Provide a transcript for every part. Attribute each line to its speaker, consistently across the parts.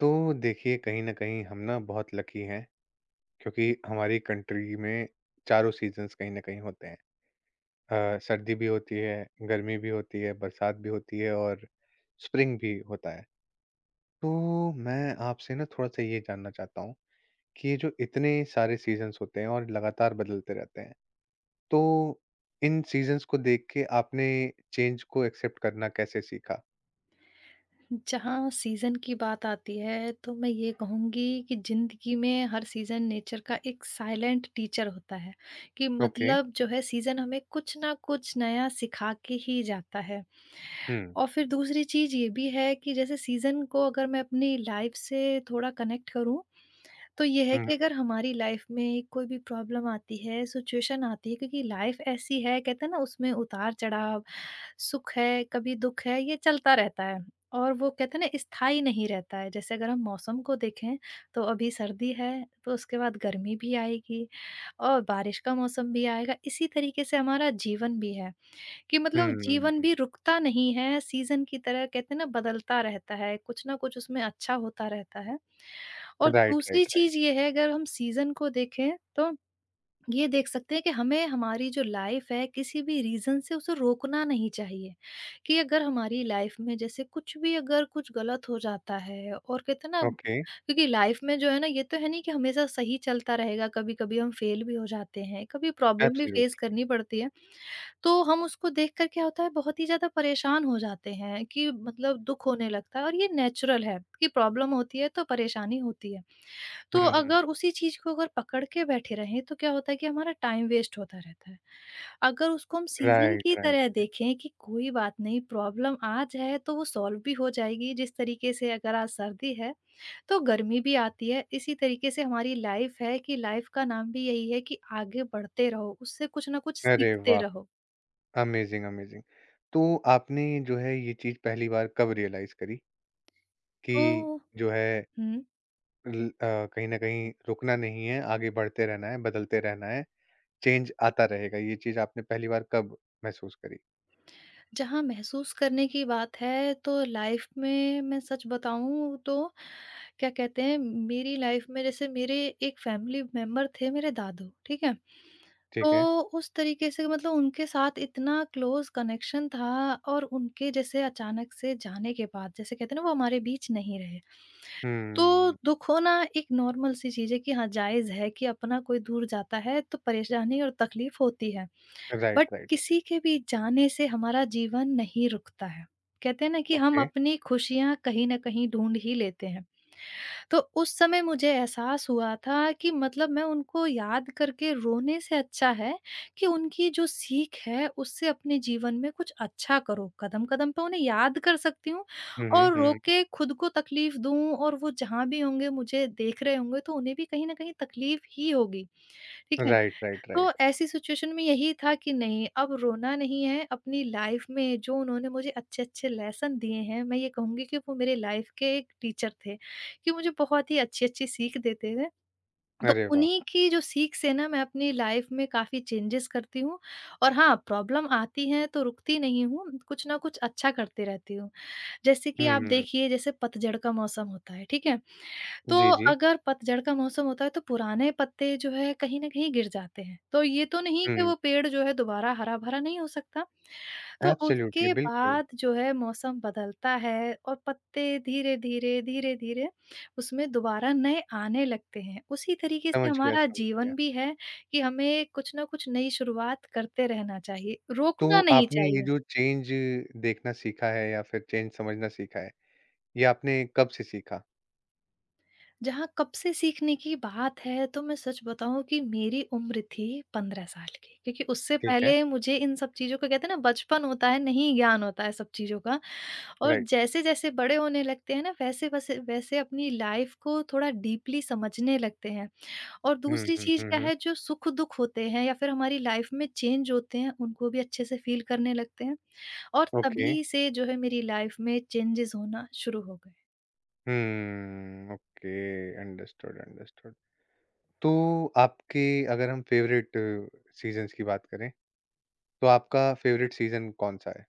Speaker 1: तो देखिए कहीं न कहीं हम ना बहुत लकी हैं क्योंकि हमारी कंट्री में चारों सीज़न्स कहीं न कहीं होते हैं। सर्दी भी होती है, गर्मी भी होती है, बरसात भी होती है और स्प्रिंग भी होता है। तो मैं आपसे ना थोड़ा-सा ये जानना चाहता हूँ कि ये जो इतने सारे सीज़न्स होते हैं और लगातार बदलते रहते हैं, तो इन सीज़न्स को देख के आपने चेंज को एक्सेप्ट करना कैसे सीखा?
Speaker 2: जहाँ सीज़न की बात आती है तो मैं ये कहूँगी कि ज़िंदगी में हर सीज़न नेचर का एक साइलेंट टीचर होता है कि
Speaker 1: ओके।
Speaker 2: मतलब जो है सीज़न हमें कुछ ना कुछ नया सिखा के ही जाता है।
Speaker 1: हुँ।
Speaker 2: और फिर दूसरी चीज़ ये भी है कि जैसे सीज़न को अगर मैं अपनी लाइफ़ से थोड़ा कनेक्ट करूँ तो ये है
Speaker 1: हुँ,
Speaker 2: कि अगर हमारी लाइफ़ में कोई भी प्रॉब्लम आती है, सिचुएशन आती है, क्योंकि लाइफ़ ऐसी है, कहते हैं ना उसमें उतार-चढ़ाव, सुख है, कभी दुःख है, ये चलता रहता है और वो कहते हैं ना स्थायी नहीं रहता है। जैसे अगर हम मौसम को देखें तो अभी सर्दी है, तो उसके बाद गर्मी भी आएगी और बारिश का मौसम भी आएगा। इसी तरीके से हमारा जीवन भी है कि मतलब
Speaker 1: हुँ,
Speaker 2: जीवन
Speaker 1: हुँ।
Speaker 2: भी रुकता नहीं है, सीज़न की तरह कहते हैं ना बदलता रहता है, कुछ ना कुछ उसमें अच्छा होता रहता है। और
Speaker 1: राइट,
Speaker 2: दूसरी
Speaker 1: राइट, राइट।
Speaker 2: चीज़ ये है, अगर हम सीज़न को देखें तो ये देख सकते हैं कि हमें हमारी जो लाइफ है किसी भी रीज़न से उसे रोकना नहीं चाहिए, कि अगर हमारी लाइफ में जैसे कुछ भी अगर कुछ गलत हो जाता है, और कहते हैं ना
Speaker 1: ओके।
Speaker 2: क्योंकि लाइफ में जो है ना ये तो है नहीं कि हमेशा सही चलता रहेगा, कभी-कभी हम फेल भी हो जाते हैं, कभी प्रॉब्लम भी फेस
Speaker 1: एब्सोल्यूट।
Speaker 2: करनी पड़ती है। तो हम उसको देखकर क्या होता है, बहुत ही ज़्यादा परेशान हो जाते हैं कि मतलब दुःख होने लगता है, और ये नेचुरल है कि प्रॉब्लम होती है तो परेशानी होती है।
Speaker 1: हुँ,
Speaker 2: तो
Speaker 1: हुँ, हुँ।
Speaker 2: अगर उसी चीज़ को अगर पकड़ के बैठे रहें तो क्या होता है कि हमारा टाइम वेस्ट होता रहता है। अगर उसको हम सीज़न
Speaker 1: राइट,
Speaker 2: की
Speaker 1: राइट।
Speaker 2: तरह देखें कि कोई बात नहीं, प्रॉब्लम आज है तो वो सॉल्व भी हो जाएगी, जिस तरीके से अगर आज सर्दी है तो गर्मी भी आती है। इसी तरीके से हमारी लाइफ़ है कि लाइफ़ का नाम भी यही है कि आगे बढ़ते रहो, उससे कुछ ना कुछ
Speaker 1: अरे
Speaker 2: सीखते
Speaker 1: वाह!
Speaker 2: रहो।
Speaker 1: Amazing, amazing. तो आपने जो है ये चीज़ पहली बार कब रियलाइज़ करी कि
Speaker 2: तो
Speaker 1: जो है
Speaker 2: हुँ,
Speaker 1: कहीं न कहीं रुकना नहीं है, आगे बढ़ते रहना है, बदलते रहना है, चेंज आता रहेगा। ये चीज़ आपने पहली बार कब महसूस करी?
Speaker 2: जहाँ महसूस करने की बात है तो लाइफ़ में मैं सच बताऊँ तो क्या कहते हैं, मेरी लाइफ में जैसे मेरे एक फैमिली मेंबर थे, मेरे दादू, ठीक है?
Speaker 1: ठीक है।
Speaker 2: तो उस तरीके से मतलब उनके साथ इतना क्लोज़ कनेक्शन था, और उनके जैसे अचानक से जाने के बाद जैसे कहते हैं ना वो हमारे बीच नहीं रहे। तो
Speaker 1: हुँ।
Speaker 2: दुख होना एक नॉर्मल सी चीज़ है कि हाँ, जायज़ है कि अपना कोई दूर जाता है तो परेशानी और तकलीफ होती है।
Speaker 1: Right,
Speaker 2: but
Speaker 1: right, right.
Speaker 2: किसी के भी जाने से हमारा जीवन नहीं रुकता है। कहते हैं ना कि हम
Speaker 1: ओके।
Speaker 2: अपनी खुशियाँ कहीं न कहीं ढूँढ ही लेते हैं। तो उस समय मुझे एहसास हुआ था कि मतलब मैं उनको याद करके रोने से अच्छा है कि उनकी जो सीख है उससे अपने जीवन में कुछ अच्छा करो। कदम-कदम पे उन्हें याद कर सकती हूँ,
Speaker 1: हुँ, हुँ,
Speaker 2: और रो
Speaker 1: हुँ।
Speaker 2: के खुद को तकलीफ़ दूँ और वो जहाँ भी होंगे मुझे देख रहे होंगे तो उन्हें भी कहीं न कहीं तकलीफ़ ही होगी, ठीक है?
Speaker 1: राइट, राइट,
Speaker 2: तो
Speaker 1: राइट।
Speaker 2: ऐसी सिचुएशन में यही था कि नहीं, अब रोना नहीं है, अपनी लाइफ में जो उन्होंने मुझे अच्छे-अच्छे लेसन दिए हैं, मैं ये कहूँगी कि वो मेरे लाइफ के एक टीचर थे, कि मुझे बहुत ही अच्छी-अच्छी सीख देते थे। तो
Speaker 1: अरे वाह!
Speaker 2: उन्हीं की जो सीख से ना, मैं अपनी लाइफ में काफ़ी चेंजेस करती हूँ, और हाँ, प्रॉब्लम आती है तो रुकती नहीं हूँ, कुछ ना कुछ अच्छा करती रहती हूँ। जैसे कि आप
Speaker 1: हुँ।
Speaker 2: देखिए, जैसे पतझड़ का मौसम होता है, ठीक है? तो
Speaker 1: जी, जी।
Speaker 2: अगर पतझड़ का मौसम होता है तो पुराने पत्ते जो है कहीं न कहीं गिर जाते हैं। तो ये तो नहीं कि
Speaker 1: हुँ।
Speaker 2: वो पेड़ जो है दोबारा हरा-भरा नहीं हो सकता। तो
Speaker 1: एब्सोल्युटली,
Speaker 2: उसके
Speaker 1: बिल्कुल।
Speaker 2: बाद जो है मौसम बदलता है, और पत्ते धीरे-धीरे, धीरे-धीरे उसमें दोबारा नए आने लगते हैं। उसी तरीके से
Speaker 1: समझ गया,
Speaker 2: हमारा
Speaker 1: समझ गया।
Speaker 2: जीवन भी है कि हमें कुछ न कुछ नई शुरुआत करते रहना चाहिए,
Speaker 1: तो
Speaker 2: रोकना नहीं
Speaker 1: आपने ये
Speaker 2: चाहिए।
Speaker 1: जो चेंज देखना सीखा है या फिर चेंज समझना सीखा है, ये आपने कब से सीखा?
Speaker 2: जहाँ कब से सीखने की बात है, तो मैं सच बताऊँ कि मेरी उम्र थी 15 साल की, क्योंकि उससे
Speaker 1: ठीक है,
Speaker 2: पहले मुझे इन सब चीज़ों का कहते हैं ना बचपन होता है, नहीं ज्ञान होता है सब चीज़ों का, और
Speaker 1: राइट।
Speaker 2: जैसे-जैसे बड़े होने लगते हैं ना वैसे वैसे वैसे अपनी लाइफ को थोड़ा डीपली समझने लगते हैं। और
Speaker 1: हुँ,
Speaker 2: दूसरी
Speaker 1: हुँ,
Speaker 2: चीज़
Speaker 1: हुँ,
Speaker 2: क्या
Speaker 1: हुँ।
Speaker 2: है, जो सुख-दुख होते हैं या फिर हमारी लाइफ में चेंज होते हैं उनको भी अच्छे से फ़ील करने लगते हैं, और
Speaker 1: ओके।
Speaker 2: तभी से जो है मेरी लाइफ में चेंजेज़ होना शुरू हो गए।
Speaker 1: Hmm, okay, understood, understood. तो आपके अगर हम फ़ेवरेट सीज़न्स की बात करें, तो आपका फ़ेवरेट सीज़न कौन-सा है?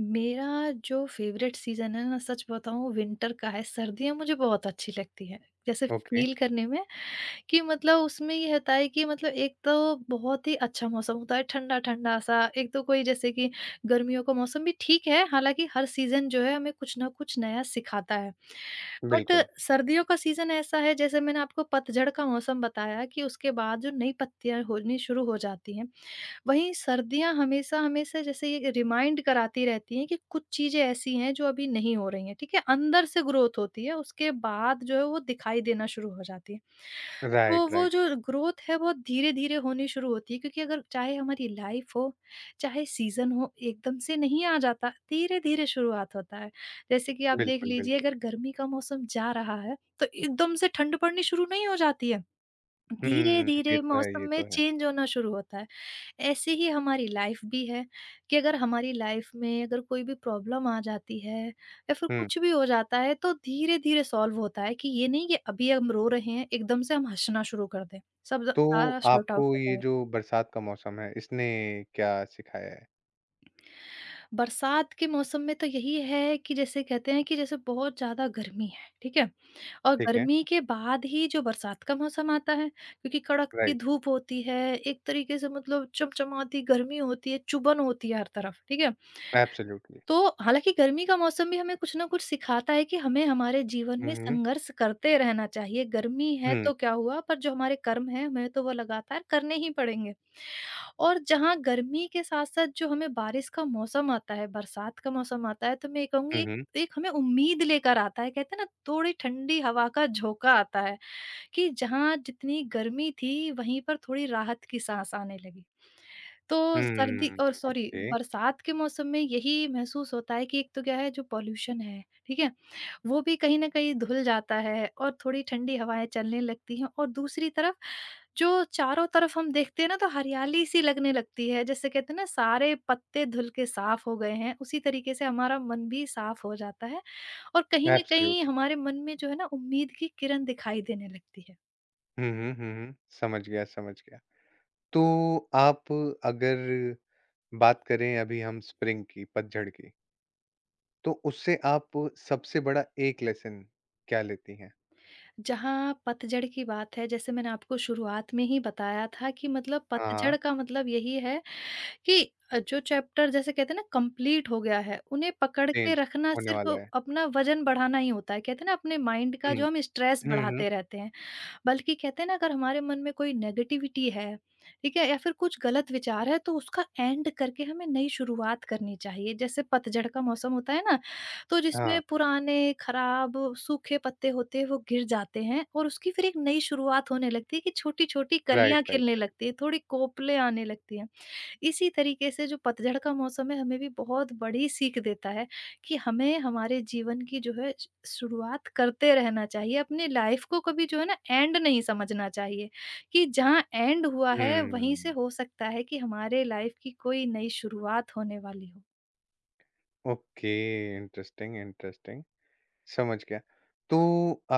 Speaker 2: मेरा जो फेवरेट सीजन है ना, सच बताऊँ, विंटर का है। सर्दियाँ मुझे बहुत अच्छी लगती हैं। जैसे
Speaker 1: ओके,
Speaker 2: फील करने में कि मतलब उसमें ये होता है कि मतलब एक तो बहुत ही अच्छा मौसम होता है, ठंडा-ठंडा सा। एक तो कोई जैसे कि गर्मियों का मौसम भी ठीक है, हालाँकि हर सीज़न जो है हमें कुछ न कुछ नया सिखाता है। बट
Speaker 1: बिल्कुल।
Speaker 2: सर्दियों का सीज़न ऐसा है, जैसे मैंने आपको पतझड़ का मौसम बताया कि उसके बाद जो नई पत्तियाँ होनी शुरू हो जाती हैं। वहीं सर्दियाँ हमेशा हमेशा जैसे ये रिमाइंड कराती रहती हैं कि कुछ चीज़ें ऐसी हैं जो अभी नहीं हो रही हैं, ठीक है? अंदर से ग्रोथ होती है, उसके बाद जो है वो दिखाई देना शुरू हो जाती है। तो
Speaker 1: राइट,
Speaker 2: वो
Speaker 1: राइट।
Speaker 2: जो ग्रोथ है बहुत धीरे-धीरे होनी शुरू होती है, क्योंकि अगर चाहे हमारी लाइफ़ हो, चाहे सीज़न हो, एकदम से नहीं आ जाता, धीरे-धीरे शुरुआत होता है। जैसे कि आप देख
Speaker 1: बिल्कुल,
Speaker 2: लीजिए,
Speaker 1: बिल्कुल।
Speaker 2: अगर गर्मी का मौसम जा रहा है, तो एकदम से ठंड पड़नी शुरू नहीं हो जाती है।
Speaker 1: हुँ, ये
Speaker 2: धीरे-धीरे
Speaker 1: तो है,
Speaker 2: मौसम
Speaker 1: ये
Speaker 2: में
Speaker 1: तो है।
Speaker 2: चेंज होना शुरू होता है। ऐसे ही हमारी लाइफ़ भी है कि अगर हमारी लाइफ़ में अगर कोई भी प्रॉब्लम आ जाती है या फिर
Speaker 1: हुँ,
Speaker 2: कुछ भी हो जाता है तो धीरे-धीरे सॉल्व होता है, कि ये नहीं कि अभी हम रो रहे हैं, एकदम से हम हँसना शुरू कर दें। सब ज
Speaker 1: तो
Speaker 2: सारा सॉर्ट
Speaker 1: आपको
Speaker 2: आउट हो
Speaker 1: ये
Speaker 2: जाए।
Speaker 1: जो बरसात का मौसम है, इसने क्या सिखाया है?
Speaker 2: बरसात के मौसम में तो यही है कि जैसे कहते हैं कि जैसे बहुत ज़्यादा गर्मी है, ठीक है? और
Speaker 1: ठीक है,
Speaker 2: गर्मी के बाद ही जो बरसात का मौसम आता है, क्योंकि कड़कती
Speaker 1: राइट।
Speaker 2: धूप होती है, एक तरीके से मतलब चमचमाती गर्मी होती है, चुभन होती है हर तरफ, ठीक है?
Speaker 1: Absolutely.
Speaker 2: तो हालाँकि गर्मी का मौसम भी हमें कुछ ना कुछ सिखाता है कि हमें हमारे जीवन में
Speaker 1: Mhm.
Speaker 2: संघर्ष करते रहना चाहिए। गर्मी है
Speaker 1: हुँ,
Speaker 2: तो क्या हुआ, पर जो हमारे कर्म हैं, हमें तो वो लगातार करने ही पड़ेंगे। और जहाँ गर्मी के साथ-साथ जो हमें बारिश का मौसम आता है, बरसात का मौसम आता है, तो मैं ये कहूँगी
Speaker 1: हुँ,
Speaker 2: एक
Speaker 1: हुँ,
Speaker 2: एक हमें उम्मीद लेकर आता है। कहते हैं ना, थोड़ी ठंडी हवा का झोंका आता है, कि जहाँ जितनी गर्मी थी, वहीं पर थोड़ी राहत की साँस आने लगी। तो सर्दी
Speaker 1: हुँ,
Speaker 2: और सॉरी
Speaker 1: ओके,
Speaker 2: बरसात के मौसम में यही महसूस होता है कि एक तो क्या है, जो पॉल्यूशन है, ठीक है? वो भी कहीं न कहीं धुल जाता है, और थोड़ी ठंडी हवाएँ चलने लगती हैं, और दूसरी तरफ जो चारों तरफ हम देखते हैं ना तो हरियाली सी लगने लगती है। जैसे कहते हैं ना सारे पत्ते धुल के साफ हो गए हैं, उसी तरीके से हमारा मन भी साफ हो जाता है, और कहीं न कहीं
Speaker 1: एब्सोल्युटली।
Speaker 2: हमारे मन में जो है ना उम्मीद की किरण दिखाई देने लगती है।
Speaker 1: हुँ, हुँ, हुँ, हुँ, समझ गया, समझ गया। तो आप अगर बात करें अभी हम स्प्रिंग की, पतझड़ की, तो उससे आप सबसे बड़ा एक लेसन क्या लेती हैं?
Speaker 2: जहाँ पतझड़ की बात है, जैसे मैंने आपको शुरुआत में ही बताया था कि मतलब
Speaker 1: हाँ, हाँ,
Speaker 2: पतझड़ का मतलब यही है कि जो चैप्टर जैसे कहते हैं ना कंप्लीट हो गया है, उन्हें पकड़ के
Speaker 1: चेंज
Speaker 2: रखना
Speaker 1: होने
Speaker 2: सिर्फ़
Speaker 1: वाला है।
Speaker 2: अपना वज़न बढ़ाना ही होता है। कहते हैं ना अपने माइंड का
Speaker 1: हुँ,
Speaker 2: जो हम स्ट्रेस
Speaker 1: हुँ, हुँ,
Speaker 2: बढ़ाते रहते हैं। बल्कि कहते हैं ना, अगर हमारे मन में कोई नेगेटिविटी है, ठीक है? या फिर कुछ गलत विचार है, तो उसका एंड करके हमें नई शुरुआत करनी चाहिए। जैसे पतझड़ का मौसम होता है ना, तो
Speaker 1: हाँ,
Speaker 2: जिसमें पुराने, खराब, सूखे पत्ते होते हैं वो गिर जाते हैं, और उसकी फिर एक नई शुरुआत होने लगती है कि छोटी-छोटी
Speaker 1: राइट,
Speaker 2: कलियाँ खिलने
Speaker 1: राइट,
Speaker 2: लगती है, थोड़ी कोपलें आने लगती हैं। इसी तरीके से जो पतझड़ का मौसम है हमें भी बहुत बड़ी सीख देता है कि हमें हमारे जीवन की जो है शुरुआत करते रहना चाहिए, अपनी लाइफ को कभी जो है ना एंड नहीं समझना चाहिए, कि जहाँ एंड हुआ है वहीं से
Speaker 1: हुँ,
Speaker 2: हो सकता है कि हमारे लाइफ की कोई नई शुरुआत होने वाली हो।
Speaker 1: ओके, इंटरेस्टिंग, इंटरेस्टिंग, समझ गया। तो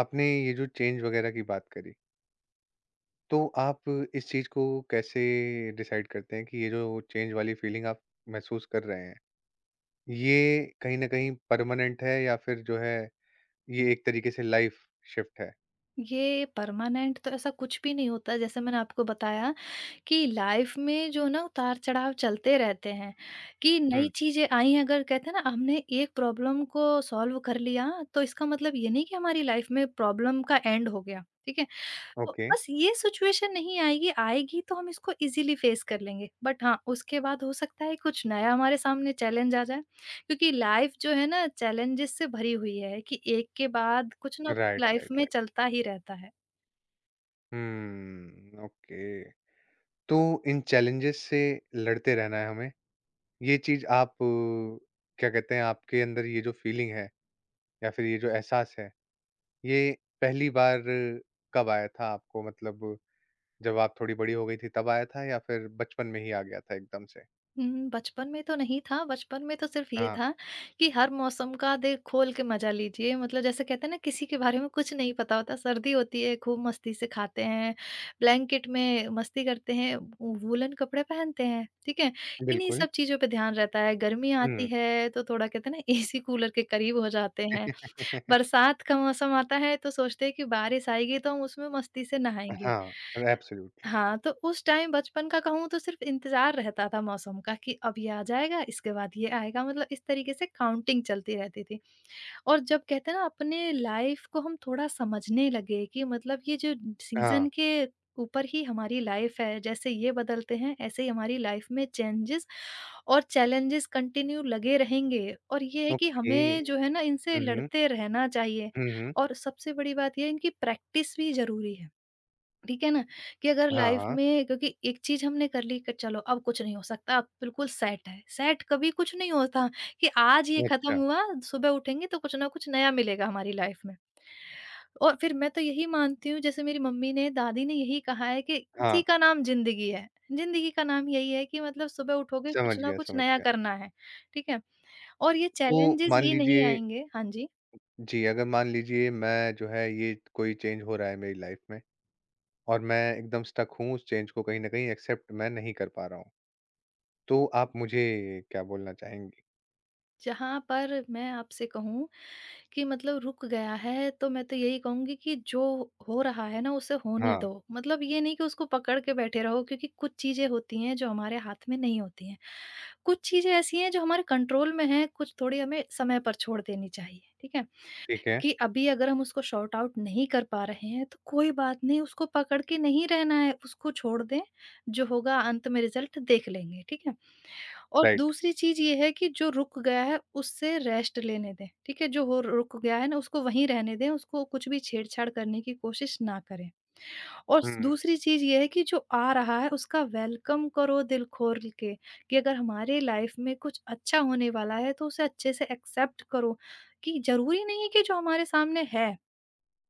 Speaker 1: आपने ये जो चेंज वगैरह की बात करी तो आप इस चीज़ को कैसे डिसाइड करते हैं कि ये जो चेंज वाली फीलिंग आप महसूस कर रहे हैं, ये कहीं न कहीं परमानेंट है या फिर जो है ये एक तरीके से लाइफ़ शिफ्ट है?
Speaker 2: ये परमानेंट तो ऐसा कुछ भी नहीं होता, जैसे मैंने आपको बताया कि लाइफ में जो ना उतार-चढ़ाव चलते रहते हैं, कि नई
Speaker 1: हुँ।
Speaker 2: चीज़ें आई हैं, अगर कहते हैं ना हमने एक प्रॉब्लम को सॉल्व कर लिया, तो इसका मतलब ये नहीं कि हमारी लाइफ में प्रॉब्लम का एंड हो गया, ठीक है? तो
Speaker 1: ओके।
Speaker 2: बस ये सिचुएशन नहीं आएगी, आएगी तो हम इसको ईज़िली फ़ेस कर लेंगे। बट हाँ, उसके बाद हो सकता है कुछ नया हमारे सामने चैलेंज आ जाए, क्योंकि लाइफ जो है ना चैलेंजेस से भरी हुई है कि एक के बाद कुछ ना कुछ
Speaker 1: राइट,
Speaker 2: लाइफ
Speaker 1: राइट,
Speaker 2: में
Speaker 1: राइट।
Speaker 2: चलता ही रहता है।
Speaker 1: ओके। तो इन चैलेंजेस से लड़ते रहना है हमें, ये चीज़ आप क्या कहते हैं आपके अंदर ये जो फीलिंग है या फिर ये जो एहसास है, ये पहली बार कब आया था आपको मतलब जब आप थोड़ी बड़ी हो गई थी तब आया था या फिर बचपन में ही आ गया था एकदम से?
Speaker 2: बचपन में तो नहीं था, बचपन में तो सिर्फ़ ये
Speaker 1: हाँ,
Speaker 2: था कि हर मौसम का दिल खोल के मज़ा लीजिए। मतलब जैसे कहते हैं ना, किसी के बारे में कुछ नहीं पता होता। सर्दी होती है खूब मस्ती से खाते हैं, ब्लैंकेट में मस्ती करते हैं, वू वूलन कपड़े पहनते हैं, ठीक है? इन्हीं
Speaker 1: बिल्कुल।
Speaker 2: सब चीज़ों पे ध्यान रहता है। गर्मी आती
Speaker 1: हुँ।
Speaker 2: है तो थोड़ा कहते हैं ना, एसी कूलर के करीब हो जाते हैं। बरसात का मौसम आता है तो सोचते हैं कि बारिश आएगी तो हम उसमें मस्ती से नहाएँगे।
Speaker 1: हाँ, एब्सोल्युटली।
Speaker 2: हाँ, तो उस टाइम बचपन का कहूँ तो सिर्फ़ इंतज़ार रहता था मौसम का कि अब ये आ जाएगा, इसके बाद ये आएगा। मतलब इस तरीके से काउंटिंग चलती रहती थी। और जब कहते हैं ना, अपने लाइफ़ को हम थोड़ा समझने लगे कि मतलब ये जो
Speaker 1: हाँ,
Speaker 2: सीज़न के ऊपर ही हमारी लाइफ़ है, जैसे ये बदलते हैं ऐसे ही हमारी लाइफ़ में चेंजेज़ और चैलेंजेज़ कंटिन्यू लगे रहेंगे, और ये है कि
Speaker 1: ओके।
Speaker 2: हमें जो है ना इनसे
Speaker 1: हुँ, हुँ।
Speaker 2: लड़ते रहना चाहिए।
Speaker 1: हुँ, हुँ।
Speaker 2: और सबसे बड़ी बात ये है, इनकी प्रैक्टिस भी ज़रूरी है। ठीक है ना? कि अगर
Speaker 1: हाँ,
Speaker 2: लाइफ
Speaker 1: हाँ।
Speaker 2: में, क्योंकि एक चीज़ हमने कर ली कि चलो अब कुछ नहीं हो सकता, अब बिल्कुल सेट है। सेट कभी कुछ नहीं होता कि आज ये खत्म
Speaker 1: अच्छा,
Speaker 2: हुआ, सुबह उठेंगे तो कुछ ना कुछ नया मिलेगा हमारी लाइफ में। और फिर मैं तो यही मानती हूँ, जैसे मेरी मम्मी ने, दादी ने यही कहा है कि
Speaker 1: हाँ,
Speaker 2: इसी का नाम ज़िंदगी है। ज़िंदगी का नाम यही है कि मतलब सुबह उठोगे
Speaker 1: समझ
Speaker 2: कुछ ना
Speaker 1: गया,
Speaker 2: कुछ
Speaker 1: समझ
Speaker 2: नया
Speaker 1: गया।
Speaker 2: करना है, ठीक है? और ये
Speaker 1: तो
Speaker 2: चैलेंजेज़
Speaker 1: मान
Speaker 2: ये नहीं
Speaker 1: लीजिए
Speaker 2: आएँगे, हाँ जी।
Speaker 1: जी, अगर मान लीजिए मैं जो है ये कोई चेंज हो रहा है मेरी लाइफ़ में और मैं एकदम स्टक हूँ उस चेंज को कहीं न कहीं एक्सेप्ट मैं नहीं कर पा रहा हूँ। तो आप मुझे क्या बोलना चाहेंगी?
Speaker 2: जहाँ पर मैं आपसे कहूँ कि मतलब रुक गया है, तो मैं तो यही कहूँगी कि जो हो रहा है ना, उसे होने
Speaker 1: हाँ,
Speaker 2: दो। मतलब ये नहीं कि उसको पकड़ के बैठे रहो, क्योंकि कुछ चीज़ें होती हैं जो हमारे हाथ में नहीं होती हैं। कुछ चीज़ें ऐसी हैं जो हमारे कंट्रोल में हैं, कुछ थोड़ी हमें समय पर छोड़ देनी चाहिए, ठीक है?
Speaker 1: ठीक है,
Speaker 2: कि अभी अगर हम उसको सॉर्ट आउट नहीं कर पा रहे हैं, तो कोई बात नहीं, उसको पकड़ के नहीं रहना है, उसको छोड़ दें, जो होगा अंत में रिज़ल्ट देख लेंगे, ठीक है? और
Speaker 1: राइट।
Speaker 2: दूसरी चीज़ ये है कि जो रुक गया है उससे रेस्ट लेने दें, ठीक है? जो हो रुक गया है ना, उसको वहीं रहने दें, उसको कुछ भी छेड़-छाड़ करने की कोशिश ना करें। और स
Speaker 1: हुँ।
Speaker 2: दूसरी चीज़ ये है कि जो आ रहा है उसका वेलकम करो दिल खोल के, कि अगर हमारे लाइफ में कुछ अच्छा होने वाला है तो उसे अच्छे से एक्सेप्ट करो, कि ज़रूरी नहीं है कि जो हमारे सामने है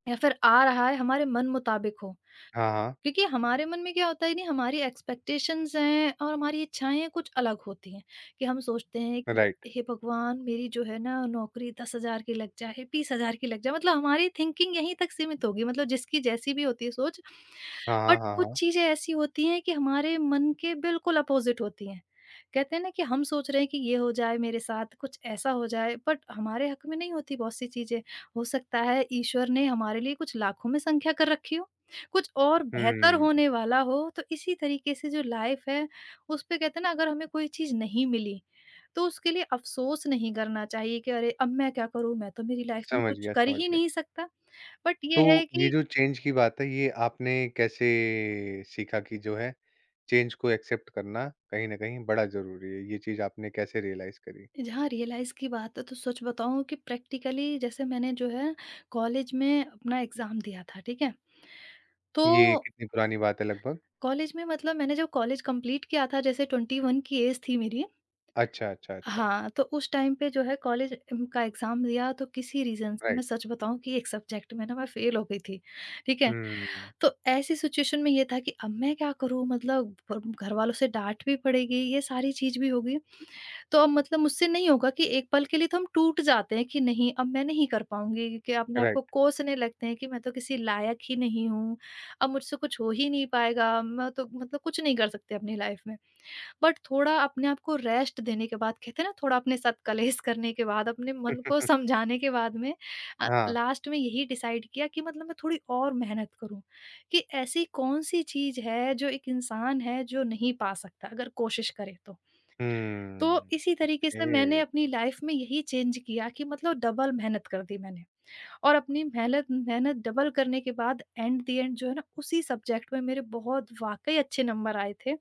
Speaker 2: या फिर आ रहा है हमारे मन मुताबिक हो।
Speaker 1: हाँ, हाँ,
Speaker 2: क्योंकि हमारे मन में क्या होता है नहीं, हमारी एक्सपेक्टेशंस हैं और हमारी इच्छाएं कुछ अलग होती हैं कि हम सोचते हैं कि
Speaker 1: राइट।
Speaker 2: हे भगवान, मेरी जो है ना नौकरी 10 हजार की लग जाए, 20 हजार की लग जाए, मतलब हमारी थिंकिंग यहीं तक सीमित होगी, मतलब जिसकी जैसी भी होती है सोच।
Speaker 1: हाँ, हाँ,
Speaker 2: बट
Speaker 1: हाँ,
Speaker 2: कुछ
Speaker 1: हाँ।
Speaker 2: चीजें ऐसी होती हैं कि हमारे मन के बिल्कुल अपोजिट होती हैं। कहते हैं ना कि हम सोच रहे हैं कि ये हो जाए, मेरे साथ कुछ ऐसा हो जाए, बट हमारे हक में नहीं होती बहुत सी चीजें। हो सकता है ईश्वर ने हमारे लिए कुछ लाखों में संख्या कर रखी हो, कुछ और बेहतर
Speaker 1: हुँ,
Speaker 2: होने वाला हो। तो इसी तरीके से जो लाइफ है, उसपे कहते हैं ना, अगर हमें कोई चीज़ नहीं मिली, तो उसके लिए अफ़सोस नहीं करना चाहिए कि अरे! अब मैं क्या करूँ? मैं तो मेरी लाइफ में
Speaker 1: समझ
Speaker 2: कुछ
Speaker 1: गया,
Speaker 2: कर
Speaker 1: समझ
Speaker 2: ही
Speaker 1: गया।
Speaker 2: नहीं सकता। बट
Speaker 1: तो
Speaker 2: ये है
Speaker 1: ये
Speaker 2: कि
Speaker 1: जो चेंज की बात है, ये आपने कैसे सीखा कि जो है चेंज को एक्सेप्ट करना कहीं न कहीं बड़ा ज़रूरी है? ये चीज़ आपने कैसे रियलाइज़ करी?
Speaker 2: जहाँ रियलाइज़ की बात है, तो सच बताऊँ कि प्रैक्टिकली जैसे मैंने जो है कॉलेज में अपना एग्ज़ाम दिया था, ठीक है? तो
Speaker 1: ये कितनी पुरानी बात है लगभग?
Speaker 2: कॉलेज में मतलब मैंने जब कॉलेज कंप्लीट किया था, जैसे 21 की ऐज थी मेरी।
Speaker 1: अच्छा, अच्छा, अच्छा।
Speaker 2: हाँ, तो उस टाइम पे जो है कॉलेज का एग्ज़ाम दिया, तो किसी रीज़न से
Speaker 1: राइट।
Speaker 2: मैं सच बताऊँ कि एक सब्जेक्ट में ना मैं फ़ेल हो गई थी, ठीक है?
Speaker 1: हुँ,
Speaker 2: तो ऐसी सिचुएशन में ये था कि अब मैं क्या करूँ? मतलब ब घर वालों से डाँट भी पड़ेगी, ये सारी चीज़ भी होगी। तो अब मतलब मुझसे नहीं होगा, कि एक पल के लिए तो हम टूट जाते हैं कि नहीं, अब मैं नहीं कर पाऊँगी, क्योंकि अपने आप को
Speaker 1: राइट।
Speaker 2: कोसने लगते हैं कि मैं तो किसी लायक ही नहीं हूँ, अब मुझसे कुछ हो ही नहीं पाएगा, मैं तो मतलब कुछ नहीं कर सकती अपनी लाइफ़ में। बट थोड़ा अपने आप को रेस्ट देने के बाद, कहते हैं ना, थोड़ा अपने साथ कलेश करने के बाद, अपने मन को समझाने के बाद में
Speaker 1: हाँ।
Speaker 2: लास्ट में यही डिसाइड किया कि मतलब मैं थोड़ी और मेहनत करूं, कि ऐसी कौन सी चीज है जो एक इंसान है जो नहीं पा सकता अगर कोशिश करे तो। तो
Speaker 1: हुँ,
Speaker 2: इसी तरीके से मैंने
Speaker 1: ओके।
Speaker 2: अपनी लाइफ में यही चेंज किया कि मतलब डबल मेहनत कर दी मैंने, और अपनी मेहनत मेहनत डबल करने के बाद एंड दी एंड जो है ना, उसी सब्जेक्ट में मेरे बहुत वाकई अच्छे नंबर आए थे।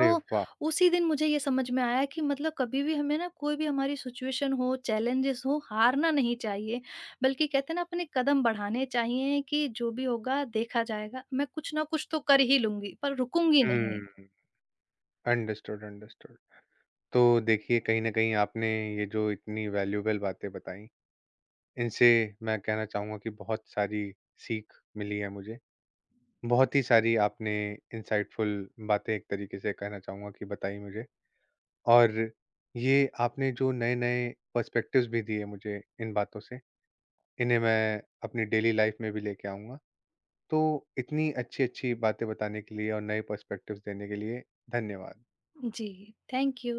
Speaker 2: तो
Speaker 1: वाह!
Speaker 2: उसी दिन मुझे ये समझ में आया कि मतलब कभी भी हमें ना, कोई भी हमारी सिचुएशन हो, चैलेंजेस हो, हारना नहीं चाहिए। बल्कि कहते हैं ना, अपने कदम बढ़ाने चाहिए कि जो भी होगा देखा जाएगा। मैं कुछ ना कुछ तो कर ही लूँगी, पर रुकूँगी नहीं।
Speaker 1: Hmm, understood, understood. तो देखिए, कहीं न कहीं आपने ये जो इतनी वैल्यूएबल बातें बताई इनसे मैं कहना चाहूँगा कि बहुत सारी सीख मिली है मुझे। बहुत ही सारी आपने इनसाइटफुल बातें एक तरीके से कहना चाहूँगा कि बताई मुझे। और ये आपने जो नए-नए पर्सपेक्टिव्स भी दिए मुझे इन बातों से, इन्हें मैं अपनी डेली लाइफ़ में भी लेके आऊँगा। तो इतनी अच्छी-अच्छी बातें बताने के लिए और नए पर्सपेक्टिव्स देने के लिए धन्यवाद।
Speaker 2: जी, थैंक यू।